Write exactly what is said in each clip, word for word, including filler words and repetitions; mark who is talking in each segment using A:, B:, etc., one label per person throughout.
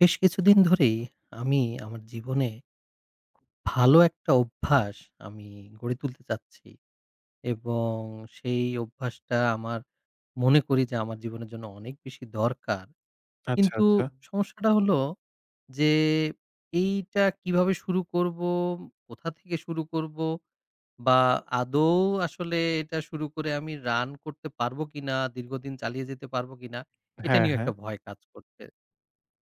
A: বেশ কিছুদিন ধরেই আমি আমার জীবনে ভালো একটা অভ্যাস আমি গড়ে তুলতে চাচ্ছি এবং সেই অভ্যাসটা আমার মনে করি যে আমার জীবনের জন্য অনেক বেশি দরকার।
B: আচ্ছা,
A: কিন্তু
B: আচ্ছা।
A: সমস্যাটা হলো যে এইটা কিভাবে শুরু করব, কোথা থেকে শুরু করব বা আদৌ আসলে এটা শুরু করে আমি রান করতে পারবো কিনা, দীর্ঘদিন চালিয়ে যেতে পারবো কিনা এটা
B: হ্যাঁ,
A: নিয়েও
B: হ্যাঁ।
A: একটা ভয় কাজ করছে।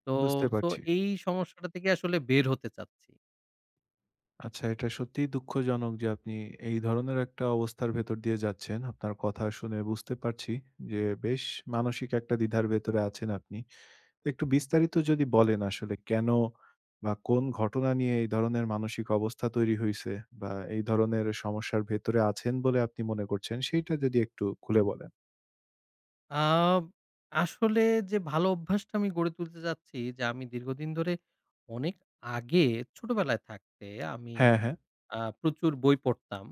A: তো
B: বুঝতে
A: সো
B: পারছি।
A: এই সমস্যাটা থেকে আসলে বের হতে চাচ্ছি।
B: আচ্ছা, এটা সত্যিই দুঃখজনক যে আপনি এই ধরনের একটা অবস্থার ভেতর দিয়ে যাচ্ছেন। আপনার কথা শুনে বুঝতে পারছি যে বেশ মানসিক একটা দ্বিধার ভেতরে আছেন আপনি। তো একটু বিস্তারিত যদি বলেন আসলে কেন বা কোন ঘটনা নিয়ে এই ধরনের মানসিক অবস্থা তৈরি হইছে বা এই ধরনের সমস্যার ভেতরে আছেন বলে আপনি মনে করছেন সেইটা যদি একটু খুলে বলেন।
A: আ আসলে যে ভালো অভ্যাসটা আমি গড়ে তুলতে চাচ্ছি, যে আমি দীর্ঘদিন ধরে অনেক আগে ছোটবেলায় থাকতে আমি
B: হ্যাঁ, হ্যাঁ।
A: আ প্রচুর বই পড়তাম।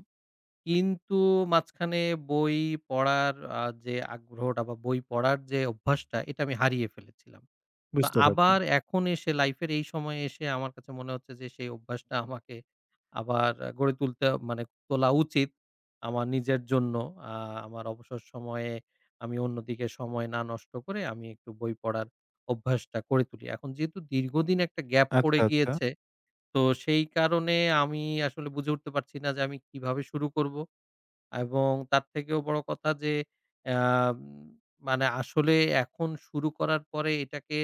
A: কিন্তু মাঝখানে বই পড়ার আ যে আগ্রহটা বা বই পড়ার যে অভ্যাসটা এটা আমি হারিয়ে ফেলেছিলাম। তো
B: বুঝতে পারছি।
A: আবার এখন এসে লাইফের এই সময়ে এসে আমার কাছে মনে হচ্ছে যে সেই অভ্যাসটা আমাকে আবার আ গড়ে তুলতে মানে তোলা উচিত। আমার নিজের জন্য আ আমার অবসর সময়ে আমি অন্যদিকে সময় না নষ্ট করে আমি একটু বই পড়ার অভ্যাসটা করে তুলি। এখন যেহেতু দীর্ঘদিন একটা গ্যাপ পড়ে
B: আচ্ছা, আচ্ছা।
A: গিয়েছে, তো সেই কারণে আমি আসলে বুঝে উঠতে পারছি না যে আমি কিভাবে শুরু করব? এবং তার থেকেও বড় কথা, যে আম মানে আসলে এখন শুরু করার পরে এটাকে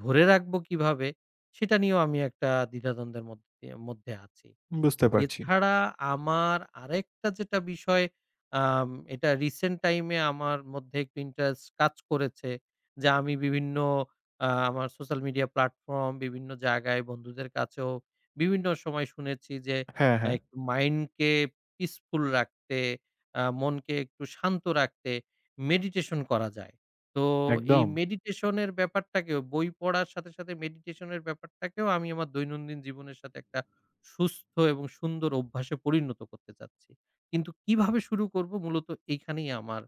A: ধরে রাখবো কিভাবে? সেটা নিয়েও আমি একটা দ্বিধাদ্বন্দ্বের মধ্যে মধ্যে আছি।
B: বুঝতে পারছি।
A: এছাড়া আমার আরেকটা যেটা বিষয়, আম এটা রিসেন্ট টাইম এ আমার মধ্যে একটু ইন্টারেস্ট কাজ করেছে, যে আমি বিভিন্ন, আ আমার সোশ্যাল মিডিয়া প্ল্যাটফর্ম, বিভিন্ন জায়গায় বন্ধুদের কাছেও বিভিন্ন সময় শুনেছি যে
B: হ্যাঁ,
A: আ
B: হ্যাঁ।
A: একটু মাইন্ডকে পিসফুল রাখতে, আ মনকে একটু শান্ত রাখতে মেডিটেশন করা যায়। তো এই
B: একদম।
A: মেডিটেশন এর ব্যাপারটাকেও বই পড়ার সাথে, সাথে মেডিটেশন এর ব্যাপারটাকেও আমি আমার দৈনন্দিন জীবনের সাথে একটা সুস্থ এবং সুন্দর অভ্যাসে পরিণত করতে চাচ্ছি। কিন্তু কিভাবে শুরু করব, মূলত এইখানেই আমার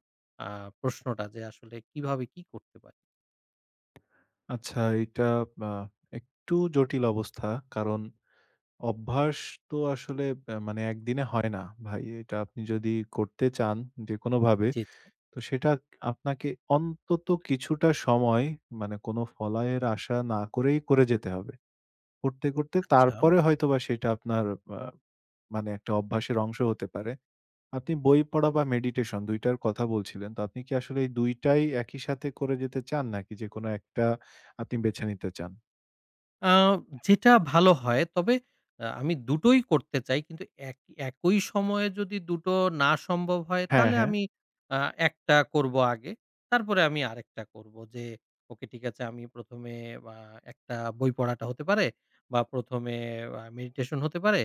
A: আ প্রশ্নটা, যে আসলে কিভাবে কি করতে পারি?
B: আচ্ছা, এটা আ একটু জটিল অবস্থা। কারণ অভ্যাস তো আসলে আ মানে একদিনে হয় না ভাই। এটা আপনি যদি করতে চান যেকোনোভাবে,
A: জি, জি।
B: তো সেটা আপনাকে অন্তত কিছুটা সময় মানে কোনো ফলায়ের আশা না করেই করে যেতে হবে। করতে, করতে
A: আচ্ছা।
B: তারপরে হয়তোবা সেটা আপনার আ মানে একটা অভ্যাসের অংশ হতে পারে। আপনি বই পড়া বা মেডিটেশন দুই টার কথা বলছিলেন। তো আপনি কি আসলে এই দুই টাই একই সাথে করে যেতে চান নাকি যেকোনো একটা আপনি বেছে নিতে চান?
A: আ যেটা ভালো হয়। তবে আ আমি দুটোই করতে চাই। কিন্তু এক একই সময়ে যদি দুটো না সম্ভব হয়,
B: হ্যাঁ,
A: তাহলে
B: হ্যাঁ,
A: আমি আ একটা করব আগে। তারপরে আমি আরেকটা করব। যে ওকে, ঠিক আছে, আমি ১ম এ আ একটা বই পড়াটা হতে পারে, বা ১ম এ আ মেডিটেশন হতে পারে।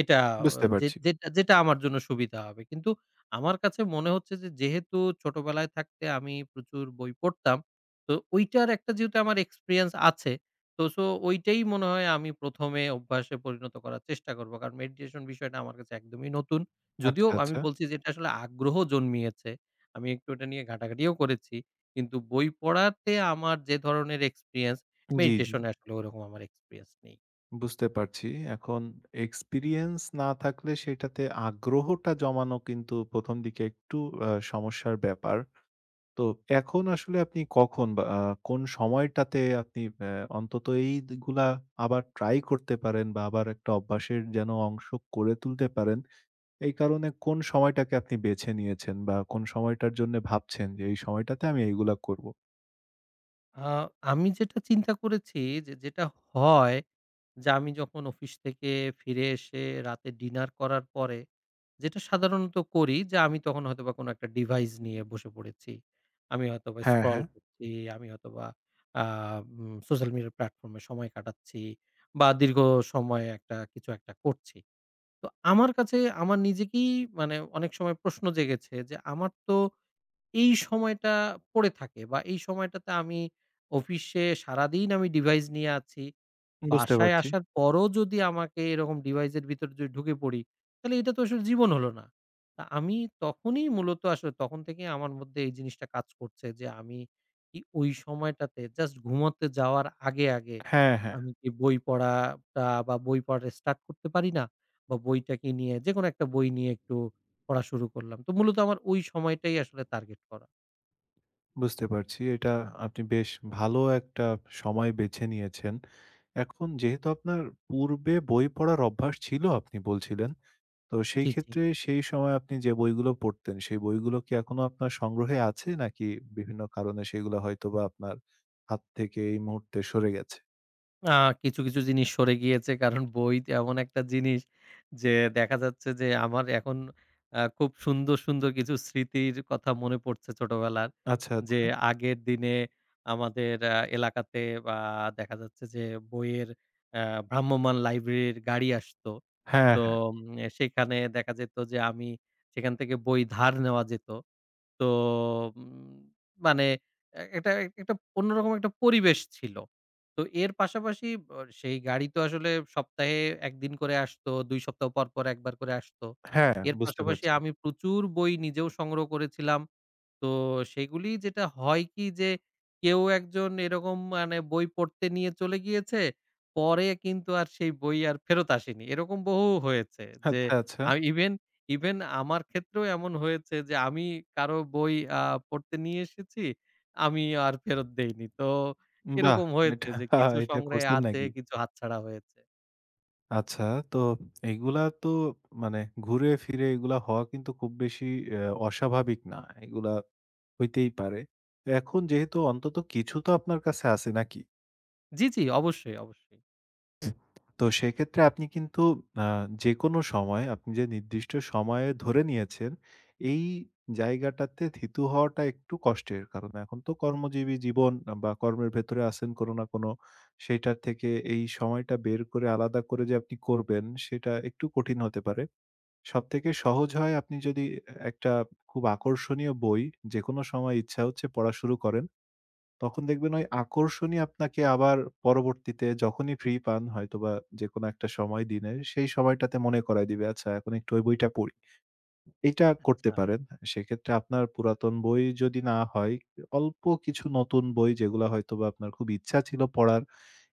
A: এটা আহ,
B: বুঝতে
A: যে
B: পারছি।
A: যেটা যেটা আমার জন্য সুবিধা হবে। কিন্তু আমার কাছে মনে হচ্ছে যে, যেহেতু ছোটবেলায় থাকতে আমি প্রচুর বই পড়তাম, তো ঐটার একটা যেহেতু আমার এক্সপেরিয়েন্স আছে, তো সো ওইটাই মনে হয় আমি ১ম এ অভ্যাসে পরিণত করার চেষ্টা করব। কারণ মেডিটেশন বিষয়টা আমার কাছে একদমই নতুন।
B: আচ্ছা,
A: যদিও আমি
B: আচ্ছা।
A: বলছি যে এটা আসলে আগ্রহ জন্মিয়েছে। আমি একটু এটা নিয়ে ঘাটাঘাটিও করেছি। কিন্তু বই পড়াতে আমার যে ধরনের এক্সপেরিয়েন্স,
B: জি, জি।
A: মেডিটেশন এ আসলে ওরকম আমার এক্সপেরিয়েন্স নেই।
B: বুঝতে পারছি। এখন এক্সপেরিয়েন্স না থাকলে সেটাতে আগ্রহটা জমানো কিন্তু ১ম দিকে একটু আ সমস্যার ব্যাপার। তো এখন আসলে আপনি কখন বা আ কোন সময়টাতে আপনি অ্যা অন্তত এইগুলা আবার ট্রাই করতে পারেন বা আবার একটা অভ্যাসের যেন অংশ করে তুলতে পারেন, এই কারণে কোন সময়টাকে আপনি বেছে নিয়েছেন বা কোন সময়টার জন্যে ভাবছেন যে এই সময়টাতে আমি এইগুলা করব?
A: আ আমি যেটা চিন্তা করেছি, যে যেটা হয়, যে আমি যখন অফিস থেকে ফিরে এসে রাতে ডিনার করার পরে, যেটা সাধারণত করি, যে আমি তখন হয়তোবা কোনো একটা ডিভাইস নিয়ে বসে পড়েছি। আমি হয়তোবা
B: হ্যাঁ,
A: স্ক্রল
B: হ্যাঁ,
A: করছি, আমি হয়তোবা uh um social media platform এ সময় কাটাচ্ছি, বা দীর্ঘ সময় একটা কিছু একটা করছি। তো আমার কাছে, আমার নিজেকেই মানে অনেক সময় প্রশ্ন জেগেছে, যে আমার তো এই সময়টা পড়ে থাকে, বা এই সময়টাতে আমি অফিসে সারাদিন আমি ডিভাইস নিয়ে আছি।
B: বুঝতে
A: বাসায়
B: পারছি।
A: আসার পরও যদি আমাকে এরকম ডিভাইসের ভিতরে যদি ঢুকে পড়ি, তাহলে এটা তো আসলে জীবন হলো না। তা আমি তখনই, মূলত আসলে তখন থেকেই আমার মধ্যে এই জিনিসটা কাজ করছে যে আমি কি ওই সময়টাতে জাস্ট ঘুমোতে যাওয়ার আগে, আগে
B: হ্যাঁ, হ্যাঁ,
A: আমি কি বই পড়াটা বা বই পড়াটা স্টার্ট করতে পারি না? বা বইটাকে নিয়ে, যেকোনো একটা বই নিয়ে একটু পড়া শুরু করলাম। তো মূলত আমার ওই সময়টাই আসলে টার্গেট করা।
B: বুঝতে পারছি। এটা আপনি বেশ ভালো একটা সময় বেছে নিয়েছেন। এখন যেহেতু আপনার পূর্বে বই পড়ার অভ্যাস ছিল আপনি বলছিলেন। তো সেই
A: জি, জি।
B: ক্ষেত্রে সেই সময় আপনি যে বইগুলো পড়তেন, সেই বইগুলো কি এখনো আপনার সংগ্রহে আছে? নাকি বিভিন্ন কারণে সেগুলো হয়তোবা আপনার হাত থেকে এই মুহূর্তে সরে গেছে?
A: আ কিছু, কিছু জিনিস সরে গিয়েছে, কারণ বই তো এমন একটা জিনিস, যে দেখা যাচ্ছে যে আমার এখন আ খুব সুন্দর, সুন্দর কিছু স্মৃতির কথা মনে পড়ছে ছোটবেলার।
B: আচ্ছা,
A: যে
B: আচ্ছা।
A: আগের দিনে আমাদের আ এলাকাতে, বা দেখা যাচ্ছে যে বইয়ের আ ভ্রাম্যমান লাইব্রেরির গাড়ি আসতো।
B: হ্যাঁ,
A: তো
B: হ্যাঁ,
A: উম সেখানে দেখা যেত যে আমি সেখান থেকে বই ধার নেওয়া যেত। তো উম মানে এ একটা একটা অন্যরকম একটা পরিবেশ ছিল। তো এর পাশাপাশি অ সেই গাড়ি তো আসলে সপ্তাহে এক দিন করে আসতো, দুই সপ্তাহ পর, পর এক বার করে আসতো।
B: হ্যাঁ,
A: এর
B: বুঝতে
A: পাশাপাশি
B: পারছি।
A: আমি প্রচুর বই নিজেও সংগ্রহ করেছিলাম। তো সেগুলি যেটা হয় কি, যে কেউ একজন এরকম মানে বই পড়তে নিয়ে চলে গিয়েছে। পরে কিন্তু আর সেই বই আর ফেরত আসেনি। এরকম বহু হয়েছে যে
B: আচ্ছা, আচ্ছা।
A: আ ইভেন, ইভেন আমার ক্ষেত্রেও এমন হয়েছে যে আমি কারো বই আ পড়তে নিয়ে এসেছি, আমি আর ফেরত দেইনি। তো
B: বাহ!
A: এরকম হয়েছে
B: এটা
A: যে কিছু
B: এটা
A: সংগ্রহে
B: করছেন
A: আছে,
B: নাকি?
A: কিছু হাতছাড়া হয়েছে।
B: আচ্ছা, তো এগুলা তো মানে ঘুরে ফিরে এগুলা হওয়া কিন্তু খুব বেশি অ্যা অস্বাভাবিক না। এগুলা হইতেই পারে। তো এখন যেহেতু অন্তত কিছু তো আপনার কাছে আছে নাকি?
A: জি, জি, অবশ্যই, অবশ্যই।
B: তো সেক্ষেত্রে আপনি কিন্তু আ যেকোনো সময় আপনি যে নির্দিষ্ট সময়ে ধরে নিয়েছেন, এই জায়গাটাতে থিতু হওয়াটা একটু কষ্টের। কারণ এখন তো কর্মজীবী জীবন বা কর্মের ভেতরে আছেন কোনো না কোনো, সেইটার থেকে এই সময়টা বের করে আলাদা করে যে আপনি করবেন, সেটা একটু কঠিন হতে পারে। সবথেকে সহজ হয় আপনি যদি একটা খুব আকর্ষণীয় বই যেকোনো সময় ইচ্ছা হচ্ছে পড়া শুরু করেন। তখন দেখবেন ওই আকর্ষণই আপনাকে আবার পরবর্তীতে যখনই ফ্রি পান হয়তোবা যেকোনো একটা সময় দিনে সেই সময়টাতে মনে করায় দিবে, "আচ্ছা এখন একটু ওই বইটা পড়ি।" এইটা করতে
A: আচ্ছা।
B: পারেন। সেক্ষেত্রে আপনার পুরাতন বই যদি না হয়, অল্প কিছু নতুন বই যেগুলা হয়তোবা আপনার খুব ইচ্ছা ছিল পড়ার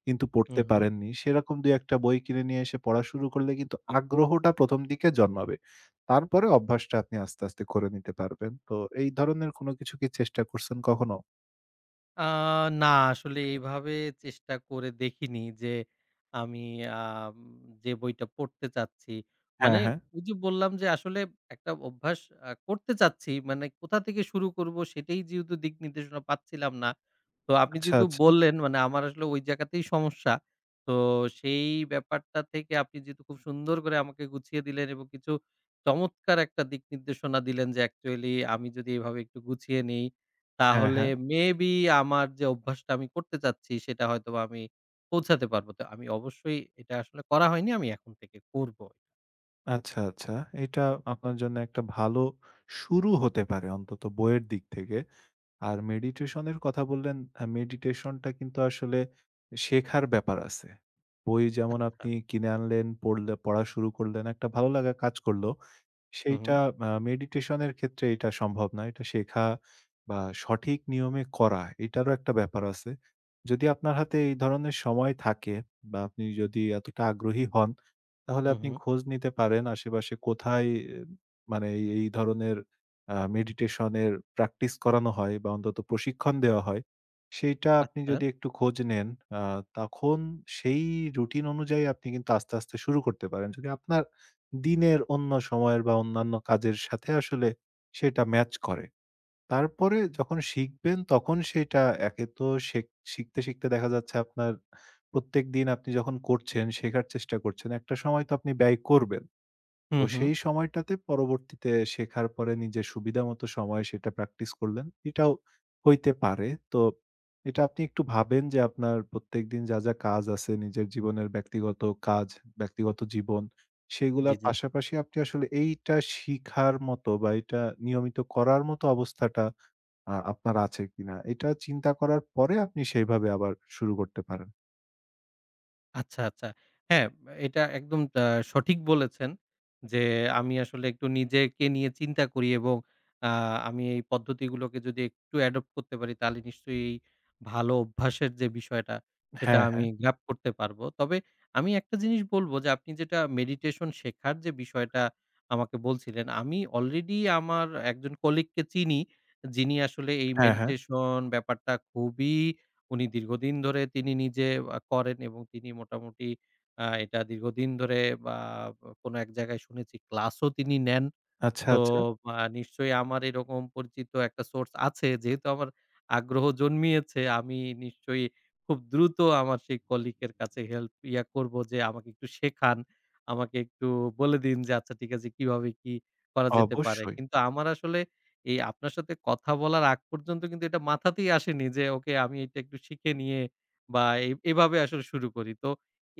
B: কিন্তু
A: হুম,
B: পড়তে
A: হুম।
B: পারেননি। সেরকম দুই এক টা বই কিনে নিয়ে এসে পড়া শুরু করলে কিন্তু আগ্রহটা ১ম দিকে জন্মাবে। তারপরে অভ্যাসটা আপনি আস্তে, আস্তে করে নিতে পারবেন। তো এই ধরনের কোনো কিছু কি চেষ্টা করছেন কখনো?
A: আ না, আসলে এইভাবে চেষ্টা করে দেখিনি, যে আমি আম যে বইটা পড়তে চাচ্ছি।
B: হ্যাঁ,
A: মানে
B: হ্যাঁ।
A: ওই যে বললাম, যে আসলে একটা অভ্যাস আ করতে চাচ্ছি। মানে কোথা থেকে শুরু করব, সেটাই যেহেতু দিক নির্দেশনা পাচ্ছিলাম না। তো আপনি
B: আচ্ছা,
A: যেহেতু
B: আচ্ছা।
A: বললেন, মানে আমার আসলে ওই জায়গাতেই সমস্যা। তো সেই ব্যাপারটা থেকে আপনি যেহেতু খুব সুন্দর করে আমাকে গুছিয়ে দিলেন এবং কিছু চমৎকার একটা দিক নির্দেশনা দিলেন, যে অ্যাকচুয়ালি আমি যদি এভাবে একটু গুছিয়ে নেই
B: হ্যাঁ,
A: তাহলে
B: হ্যাঁ।
A: মেবি আমার যে অভ্যাসটা আমি করতে চাচ্ছি সেটা হয়তোবা আমি পৌঁছাতে পারব। তো আমি অবশ্যই, এটা আসলে করা হয়নি। আমি এখন থেকে করব।
B: আচ্ছা, আচ্ছা। এটা আপনার জন্য একটা ভালো শুরু হতে পারে অন্তত বইয়ের দিক থেকে। আর মেডিটেশন এর কথা বললেন, আ মেডিটেশনটা কিন্তু আসলে শেখার ব্যাপার আছে। বই যেমন
A: আচ্ছা।
B: আপনি কিনে আনলেন, পড়লে পড়া শুরু করলেন, একটা ভালো লাগা কাজ করল।
A: হু, হু,
B: সেইটা আ মেডিটেশন এর ক্ষেত্রে এটা সম্ভব না। এটা শেখা বা সঠিক নিয়মে করা এটারও একটা ব্যাপার আছে। যদি আপনার হাতে এই ধরনের সময় থাকে বা আপনি যদি এতটা আগ্রহী হন, তাহলে
A: হু,
B: আপনি
A: হু।
B: খোঁজ নিতে পারেন আশেপাশে কোথায় এ মানে এই, এই ধরনের আ মেডিটেশন এর প্র্যাকটিস করানো হয় বা অন্তত প্রশিক্ষণ দেওয়া হয়। সেইটা আপনি
A: আচ্ছা।
B: যদি একটু খোঁজ নেন আ তখন সেই রুটিন অনুযায়ী আপনি কিন্তু আস্তে, আস্তে শুরু করতে পারেন। যদি আপনার দিনের অন্য সময়ের বা অন্যান্য কাজের সাথে আসলে সেটা ম্যাচ করে। তারপরে যখন শিখবেন তখন সেটা একে তো শেখ শিখতে, শিখতে দেখা যাচ্ছে আপনার প্রত্যেকদিন আপনি যখন করছেন, শেখার চেষ্টা করছেন, একটা সময় তো আপনি ব্যয় করবেন।
A: হু,
B: তো
A: হু।
B: সেই সময়টাতে পরবর্তীতে শেখার পরে নিজের সুবিধামতো সময়ে সেটা প্র্যাকটিস করলেন। এটাও হইতে পারে। তো এটা আপনি একটু ভাবেন যে আপনার প্রত্যেকদিন যা, যা কাজ আছে নিজের জীবনের ব্যক্তিগত কাজ, ব্যক্তিগত জীবন
A: জি,
B: সেগুলার
A: জি।
B: পাশাপাশি আপনি আসলে এইটা শিখার মতো বা এটা নিয়মিত করার মতো অবস্থাটা আ আপনার আছে কিনা? এটা চিন্তা করার পরে আপনি সেইভাবে আবার শুরু করতে পারেন।
A: আচ্ছা, আচ্ছা। হ্যাঁ, এটা একদম আ সঠিক বলেছেন, যে আমি আসলে একটু নিজেকে নিয়ে চিন্তা করি এবং আ আমি এই পদ্ধতিগুলোকে যদি একটু অ্যাডপ্ট করতে পারি, তাহলে নিশ্চয়ই এই ভালো অভ্যাসের যে বিষয়টা, সেটা
B: হ্যাঁ,
A: আমি
B: হ্যাঁ।
A: গ্র্যাব করতে পারবো। তবে আমি একটা জিনিস বলবো, যে আপনি যেটা মেডিটেশন শেখার যে বিষয়টা আমাকে বলছিলেন, আমি অলরেডি আমার একজন কলিগকে চিনি, যিনি আসলে এই
B: হ্যাঁ, হ্যাঁ।
A: মেডিটেশন ব্যাপারটা খুবই, উনি দীর্ঘদিন ধরে তিনি নিজে আ করেন এবং তিনি মোটামুটি আ এটা দীর্ঘদিন ধরে, বা কোনো এক জায়গায় শুনেছি ক্লাসও তিনি নেন।
B: আচ্ছা,
A: তো
B: আচ্ছা।
A: আ নিশ্চয়ই আমার এরকম পরিচিত একটা সোর্স আছে। যেহেতু আমার আগ্রহ জন্মিয়েছে, আমি নিশ্চয়ই খুব দ্রুত আমার সেই কলিগ এর কাছে হেল্প ইয়া করব, যে, "আমাকে একটু শেখান। আমাকে একটু বলে দিন যে আচ্ছা ঠিক আছে কিভাবে কি করা যেতে পারে?"
B: অবশ্যই।
A: কিন্তু আমার আসলে এই আপনার সাথে কথা বলার আগ পর্যন্ত কিন্তু এটা মাথাতেই আসেনি যে ওকে, আমি এটা একটু শিখে নিয়ে বা এ এভাবে আসলে শুরু করি। তো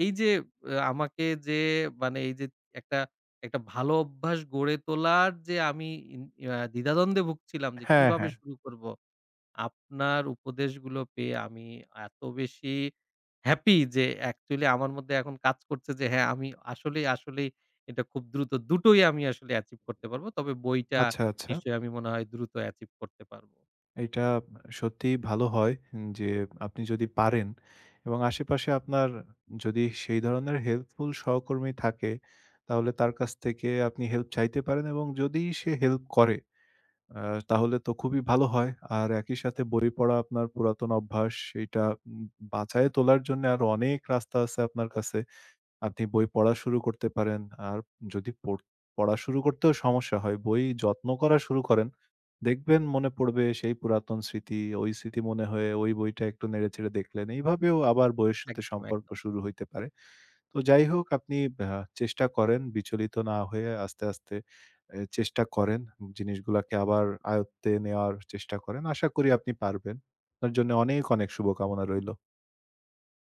A: এই যে, আ আমাকে যে, মানে এই যে, একটা একটা ভালো অভ্যাস গড়ে তোলার যে আমি ইন আ দ্বিধাদ্বন্দ্বে ভুগছিলাম যে
B: হ্যাঁ,
A: কিভাবে
B: হ্যাঁ।
A: শুরু করব। আপনার উপদেশগুলো পেয়ে আমি এত বেশি হ্যাপি, যে অ্যাকচুয়ালি আমার মধ্যে এখন কাজ করছে যে হ্যাঁ, আমি আসলেই, আসলেই এটা খুব দ্রুত দুটোই আমি আসলে অ্যাচিভ করতে পারব। তবে বইটা
B: আচ্ছা, আচ্ছা।
A: নিশ্চয়ই আমি মনে হয় দ্রুত অ্যাচিভ করতে পারব।
B: এটা সত্যিই ভালো হয় যে আপনি যদি পারেন এবং আশেপাশে আপনার যদি সেই ধরনের হেল্পফুল সহকর্মী থাকে, তাহলে তার কাছ থেকে আপনি হেল্প চাইতে পারেন এবং যদি সে হেল্প করে আ তাহলে তো খুবই ভালো হয়। আর একই সাথে বই পড়া আপনার পুরাতন অভ্যাস, সেইটা উম বাঁচায়ে তোলার জন্য আরো অনেক রাস্তা আছে আপনার কাছে। আপনি বই পড়া শুরু করতে পারেন। আর যদি পড় পড়া শুরু করতেও সমস্যা হয়, বই যত্ন করা শুরু করেন। দেখবেন মনে পড়বে সেই পুরাতন স্মৃতি, ওই স্মৃতি মনে হয়ে ওই বইটা একটু নেড়েচেড়ে দেখলেন। এইভাবেও আবার বইয়ের সাথে
A: একদম,
B: সম্পর্ক
A: একদম।
B: শুরু হইতে পারে। তো যাই হোক আপনি আ চেষ্টা করেন বিচলিত না হয়ে আস্তে, আস্তে এ চেষ্টা করেন। জিনিসগুলাকে আবার আয়ত্তে নেওয়ার চেষ্টা করেন। আশা করি আপনি পারবেন। আপনার জন্য অনেক, অনেক শুভকামনা রইল।